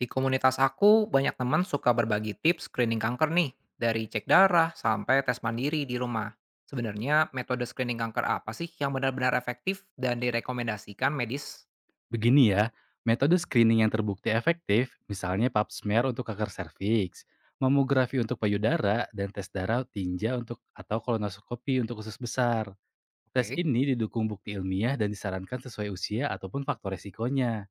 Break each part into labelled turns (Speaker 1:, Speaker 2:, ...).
Speaker 1: Di komunitas aku, banyak teman suka berbagi tips screening kanker nih, dari cek darah sampai tes mandiri di rumah. Sebenarnya metode screening kanker apa sih yang benar-benar efektif dan direkomendasikan medis?
Speaker 2: Begini ya, metode screening yang terbukti efektif, misalnya pap smear untuk kanker serviks, mamografi untuk payudara, dan tes darah tinja untuk atau kolonoskopi untuk usus besar. Tes
Speaker 1: Oke.
Speaker 2: ini didukung bukti ilmiah dan disarankan sesuai usia ataupun faktor resikonya.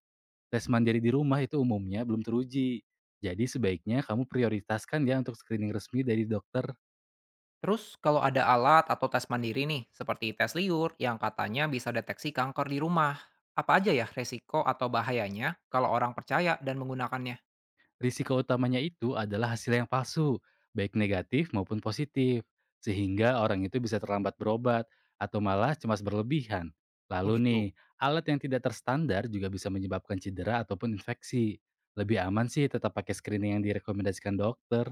Speaker 2: Tes mandiri di rumah itu umumnya belum teruji. Jadi sebaiknya kamu prioritaskan ya untuk screening resmi dari dokter.
Speaker 1: Terus kalau ada alat atau tes mandiri nih, seperti tes liur yang katanya bisa deteksi kanker di rumah, apa aja ya resiko atau bahayanya kalau orang percaya dan menggunakannya?
Speaker 2: Risiko utamanya itu adalah hasil yang palsu, baik negatif maupun positif, sehingga orang itu bisa terlambat berobat atau malah cemas berlebihan.
Speaker 1: Oh
Speaker 2: Lalu nih,
Speaker 1: gitu.
Speaker 2: alat yang tidak terstandar juga bisa menyebabkan cedera ataupun infeksi. Lebih aman sih tetap pakai screening yang direkomendasikan dokter.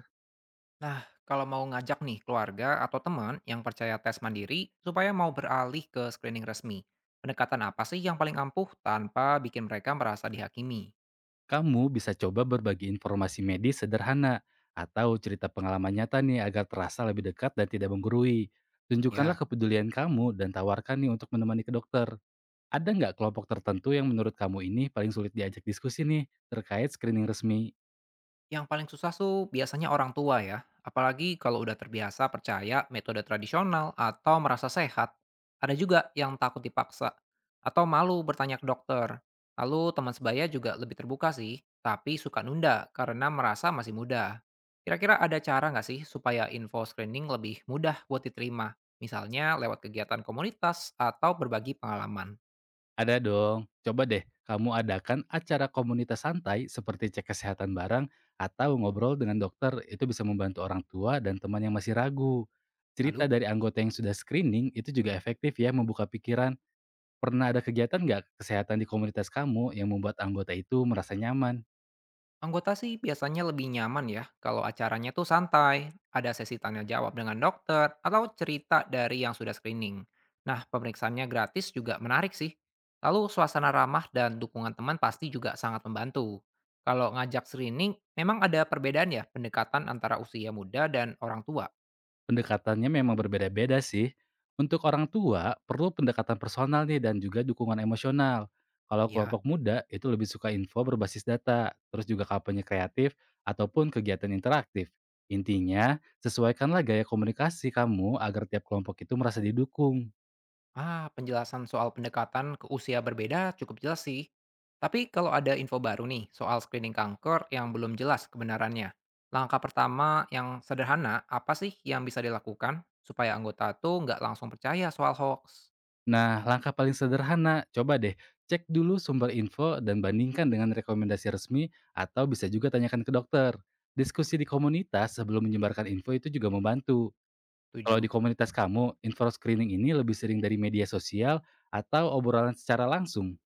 Speaker 1: Nah, kalau mau ngajak nih keluarga atau teman yang percaya tes mandiri supaya mau beralih ke screening resmi, pendekatan apa sih yang paling ampuh tanpa bikin mereka merasa dihakimi?
Speaker 2: Kamu bisa coba berbagi informasi medis sederhana atau cerita pengalaman nyata nih agar terasa lebih dekat dan tidak menggurui. Tunjukkanlah
Speaker 1: Ya.
Speaker 2: kepedulian kamu dan tawarkan nih untuk menemani ke dokter. Ada nggak kelompok tertentu yang menurut kamu ini paling sulit diajak diskusi nih, terkait screening resmi?
Speaker 1: Yang paling susah tuh biasanya orang tua ya, apalagi kalau udah terbiasa percaya metode tradisional atau merasa sehat. Ada juga yang takut dipaksa atau malu bertanya ke dokter. Lalu teman sebaya juga lebih terbuka sih, tapi suka nunda karena merasa masih muda. Kira-kira ada cara nggak sih supaya info screening lebih mudah buat diterima? Misalnya lewat kegiatan komunitas atau berbagi pengalaman.
Speaker 2: Ada dong. Coba deh kamu adakan acara komunitas santai seperti cek kesehatan bareng atau ngobrol dengan dokter, itu bisa membantu orang tua dan teman yang masih ragu. Cerita
Speaker 1: Lalu?
Speaker 2: dari anggota yang sudah screening itu juga efektif ya membuka pikiran. Pernah ada kegiatan nggak kesehatan di komunitas kamu yang membuat anggota itu merasa nyaman?
Speaker 1: Anggota sih biasanya lebih nyaman ya kalau acaranya tuh santai, ada sesi tanya jawab dengan dokter, atau cerita dari yang sudah screening. Nah, pemeriksaannya gratis juga menarik sih. Lalu suasana ramah dan dukungan teman pasti juga sangat membantu. Kalau ngajak screening, memang ada perbedaan ya pendekatan antara usia muda dan orang tua.
Speaker 2: Pendekatannya memang berbeda-beda sih. Untuk orang tua, perlu pendekatan personal nih dan juga dukungan emosional. Kalau
Speaker 1: Ya.
Speaker 2: kelompok muda, itu lebih suka info berbasis data, terus juga kampanye kreatif, ataupun kegiatan interaktif. Intinya, sesuaikanlah gaya komunikasi kamu agar tiap kelompok itu merasa didukung.
Speaker 1: Ah, penjelasan soal pendekatan ke usia berbeda cukup jelas sih. Tapi kalau ada info baru nih soal screening kanker yang belum jelas kebenarannya, langkah pertama yang sederhana apa sih yang bisa dilakukan supaya anggota tuh nggak langsung percaya soal hoax?
Speaker 2: Nah, langkah paling sederhana, coba deh cek dulu sumber info dan bandingkan dengan rekomendasi resmi atau bisa juga tanyakan ke dokter. Diskusi di komunitas sebelum menyebarkan info itu juga membantu. Kalau di
Speaker 1: 7.
Speaker 2: komunitas kamu, info screening ini lebih sering dari media sosial atau obrolan secara langsung?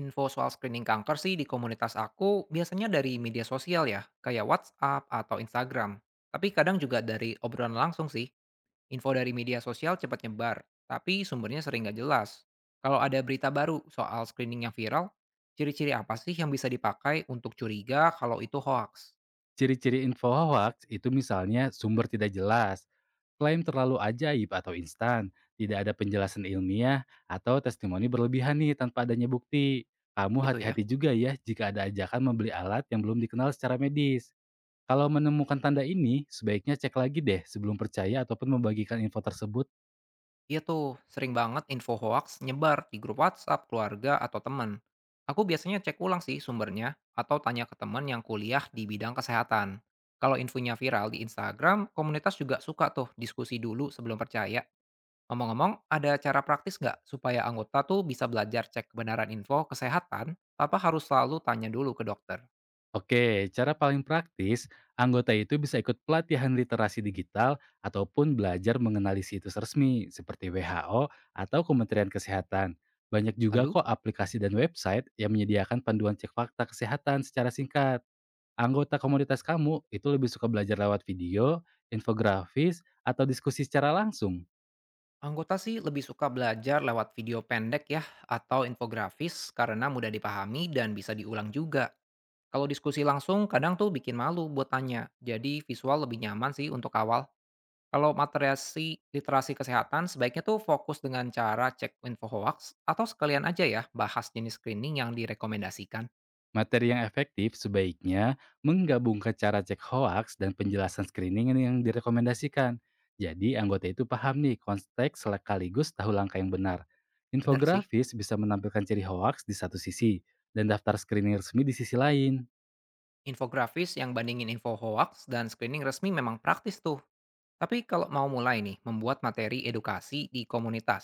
Speaker 1: Info soal screening kanker sih di komunitas aku biasanya dari media sosial ya, kayak WhatsApp atau Instagram. Tapi kadang juga dari obrolan langsung sih. Info dari media sosial cepat nyebar, tapi sumbernya sering nggak jelas. Kalau ada berita baru soal screening yang viral, ciri-ciri apa sih yang bisa dipakai untuk curiga kalau itu hoax?
Speaker 2: Ciri-ciri info hoax itu misalnya sumber tidak jelas, klaim terlalu ajaib atau instan, tidak ada penjelasan ilmiah, atau testimoni berlebihan nih tanpa adanya bukti. Kamu
Speaker 1: Gitu ya.
Speaker 2: hati-hati juga ya jika ada ajakan membeli alat yang belum dikenal secara medis. Kalau menemukan tanda ini, sebaiknya cek lagi deh sebelum percaya ataupun membagikan info tersebut.
Speaker 1: Iya tuh, sering banget info hoax nyebar di grup WhatsApp, keluarga, atau teman. Aku biasanya cek ulang sih sumbernya, atau tanya ke teman yang kuliah di bidang kesehatan. Kalau infonya viral di Instagram, komunitas juga suka tuh diskusi dulu sebelum percaya. Ngomong-ngomong, ada cara praktis nggak supaya anggota tuh bisa belajar cek kebenaran info kesehatan tanpa harus selalu tanya dulu ke dokter?
Speaker 2: Oke, cara paling praktis, anggota itu bisa ikut pelatihan literasi digital ataupun belajar mengenali situs resmi seperti WHO atau Kementerian Kesehatan. Banyak juga
Speaker 1: Lalu,
Speaker 2: kok aplikasi dan website yang menyediakan panduan cek fakta kesehatan secara singkat. Anggota komunitas kamu itu lebih suka belajar lewat video, infografis, atau diskusi secara langsung?
Speaker 1: anggota sih lebih suka belajar lewat video pendek ya atau infografis karena mudah dipahami dan bisa diulang juga. Kalau diskusi langsung kadang tuh bikin malu buat tanya, jadi visual lebih nyaman sih untuk awal. Kalau materiasi literasi kesehatan sebaiknya tuh fokus dengan cara cek info hoax atau sekalian aja ya bahas jenis screening yang direkomendasikan.
Speaker 2: Materi yang efektif sebaiknya menggabungkan cara cek hoaks dan penjelasan screening yang direkomendasikan. Jadi anggota itu paham nih konteks sekaligus tahu langkah yang benar.
Speaker 1: Bener sih.
Speaker 2: Infografis bisa menampilkan ciri hoaks di satu sisi dan daftar screening resmi di sisi lain.
Speaker 1: Infografis yang bandingin info hoax dan screening resmi memang praktis tuh. Tapi kalau mau mulai nih, membuat materi edukasi di komunitas.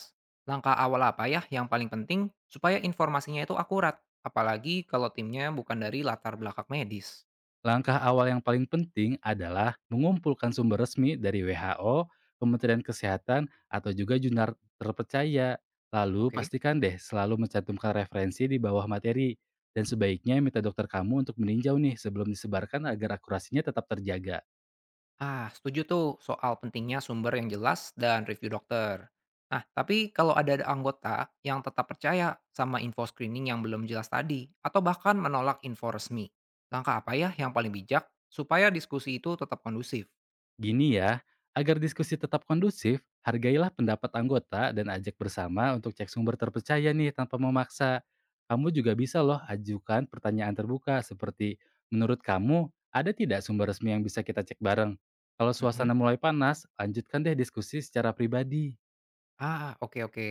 Speaker 1: Langkah awal apa ya yang paling penting supaya informasinya itu akurat? Apalagi kalau timnya bukan dari latar belakang medis.
Speaker 2: Langkah awal yang paling penting adalah mengumpulkan sumber resmi dari WHO, Kementerian Kesehatan, atau juga jurnal terpercaya. Lalu
Speaker 1: Oke.
Speaker 2: pastikan deh selalu mencantumkan referensi di bawah materi. Dan sebaiknya minta dokter kamu untuk meninjau nih sebelum disebarkan agar akurasinya tetap terjaga.
Speaker 1: Ah, setuju tuh soal pentingnya sumber yang jelas dan review dokter. Nah, tapi kalau ada anggota yang tetap percaya sama info screening yang belum jelas tadi, atau bahkan menolak info resmi, langkah apa ya yang paling bijak supaya diskusi itu tetap kondusif?
Speaker 2: Gini ya, agar diskusi tetap kondusif, hargailah pendapat anggota dan ajak bersama untuk cek sumber terpercaya nih tanpa memaksa. Kamu juga bisa loh ajukan pertanyaan terbuka seperti, menurut kamu ada tidak sumber resmi yang bisa kita cek bareng? Kalau
Speaker 1: Mm-mm.
Speaker 2: suasana mulai panas, lanjutkan deh diskusi secara pribadi.
Speaker 1: Ah, oke oke.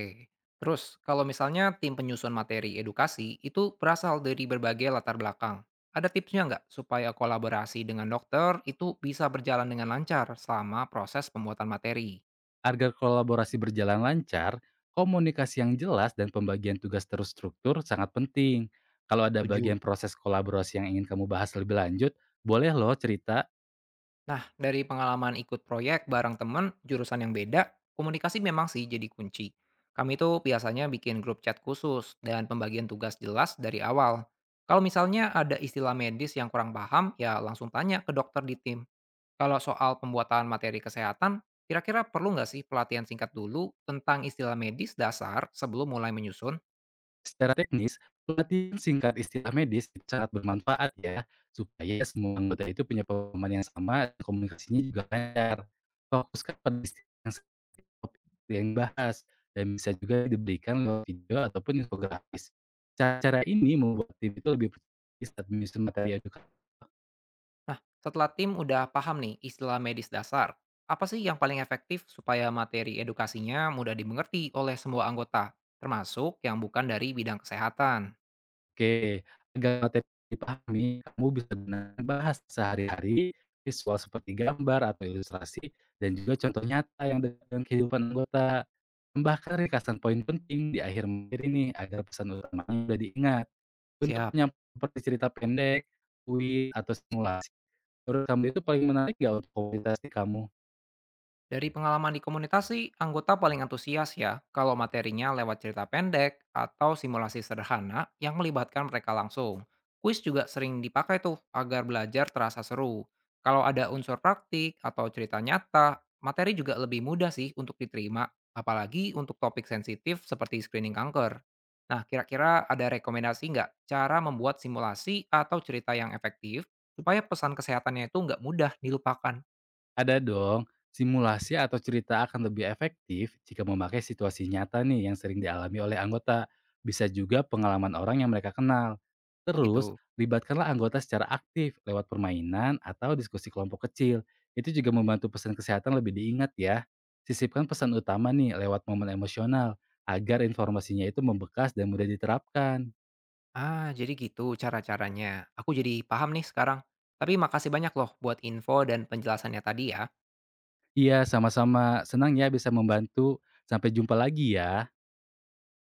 Speaker 1: Terus, kalau misalnya tim penyusun materi edukasi itu berasal dari berbagai latar belakang, ada tipsnya nggak supaya kolaborasi dengan dokter itu bisa berjalan dengan lancar selama proses pembuatan materi?
Speaker 2: Agar kolaborasi berjalan lancar, komunikasi yang jelas dan pembagian tugas terstruktur sangat penting. Kalau ada
Speaker 1: 7.
Speaker 2: bagian proses kolaborasi yang ingin kamu bahas lebih lanjut, boleh loh cerita.
Speaker 1: Nah, dari pengalaman ikut proyek bareng temen jurusan yang beda, komunikasi memang sih jadi kunci. Kami itu biasanya bikin grup chat khusus dan pembagian tugas jelas dari awal. Kalau misalnya ada istilah medis yang kurang paham, ya langsung tanya ke dokter di tim. Kalau soal pembuatan materi kesehatan, kira-kira perlu nggak sih pelatihan singkat dulu tentang istilah medis dasar sebelum mulai menyusun?
Speaker 2: Secara teknis, pelatihan singkat istilah medis itu sangat bermanfaat ya, supaya semua anggota itu punya pemahaman yang sama dan komunikasinya juga lancar. Fokuskan pada istilah yang topik yang dibahas dan bisa juga diberikan lewat video ataupun infografis. Cara-cara ini membuat tim itu lebih percaya diri saat menyusun materi edukasi.
Speaker 1: Nah, setelah tim udah paham nih istilah medis dasar, apa sih yang paling efektif supaya materi edukasinya mudah dimengerti oleh semua anggota, termasuk yang bukan dari bidang kesehatan?
Speaker 2: Oke, agar materi dipahami, kamu bisa gunakan bahasa sehari-hari, visual seperti gambar atau ilustrasi, dan juga contoh nyata yang dekat dengan kehidupan anggota. Tambahkan ringkasan poin penting di akhir materi nih, agar pesan utamanya sudah diingat. Untuk
Speaker 1: Siap.
Speaker 2: penyampaian seperti cerita pendek, kuis, atau simulasi, menurut kamu itu paling menarik nggak untuk komunitas di kamu?
Speaker 1: Dari pengalaman di komunitas sih, anggota paling antusias ya kalau materinya lewat cerita pendek atau simulasi sederhana yang melibatkan mereka langsung. Kuis juga sering dipakai tuh agar belajar terasa seru. Kalau ada unsur praktik atau cerita nyata, materi juga lebih mudah sih untuk diterima, apalagi untuk topik sensitif seperti screening kanker. Nah, kira-kira ada rekomendasi nggak cara membuat simulasi atau cerita yang efektif supaya pesan kesehatannya itu nggak mudah dilupakan?
Speaker 2: Ada dong, simulasi atau cerita akan lebih efektif jika memakai situasi nyata nih yang sering dialami oleh anggota. Bisa juga pengalaman orang yang mereka kenal.
Speaker 1: Oh
Speaker 2: Terus,
Speaker 1: gitu.
Speaker 2: libatkanlah anggota secara aktif lewat permainan atau diskusi kelompok kecil. Itu juga membantu pesan kesehatan lebih diingat ya. Sisipkan pesan utama nih lewat momen emosional agar informasinya itu membekas dan mudah diterapkan.
Speaker 1: Ah, jadi gitu cara-caranya. Aku jadi paham nih sekarang. Tapi makasih banyak loh buat info dan penjelasannya tadi ya.
Speaker 2: Iya, sama-sama. Senang ya bisa membantu. Sampai jumpa lagi ya.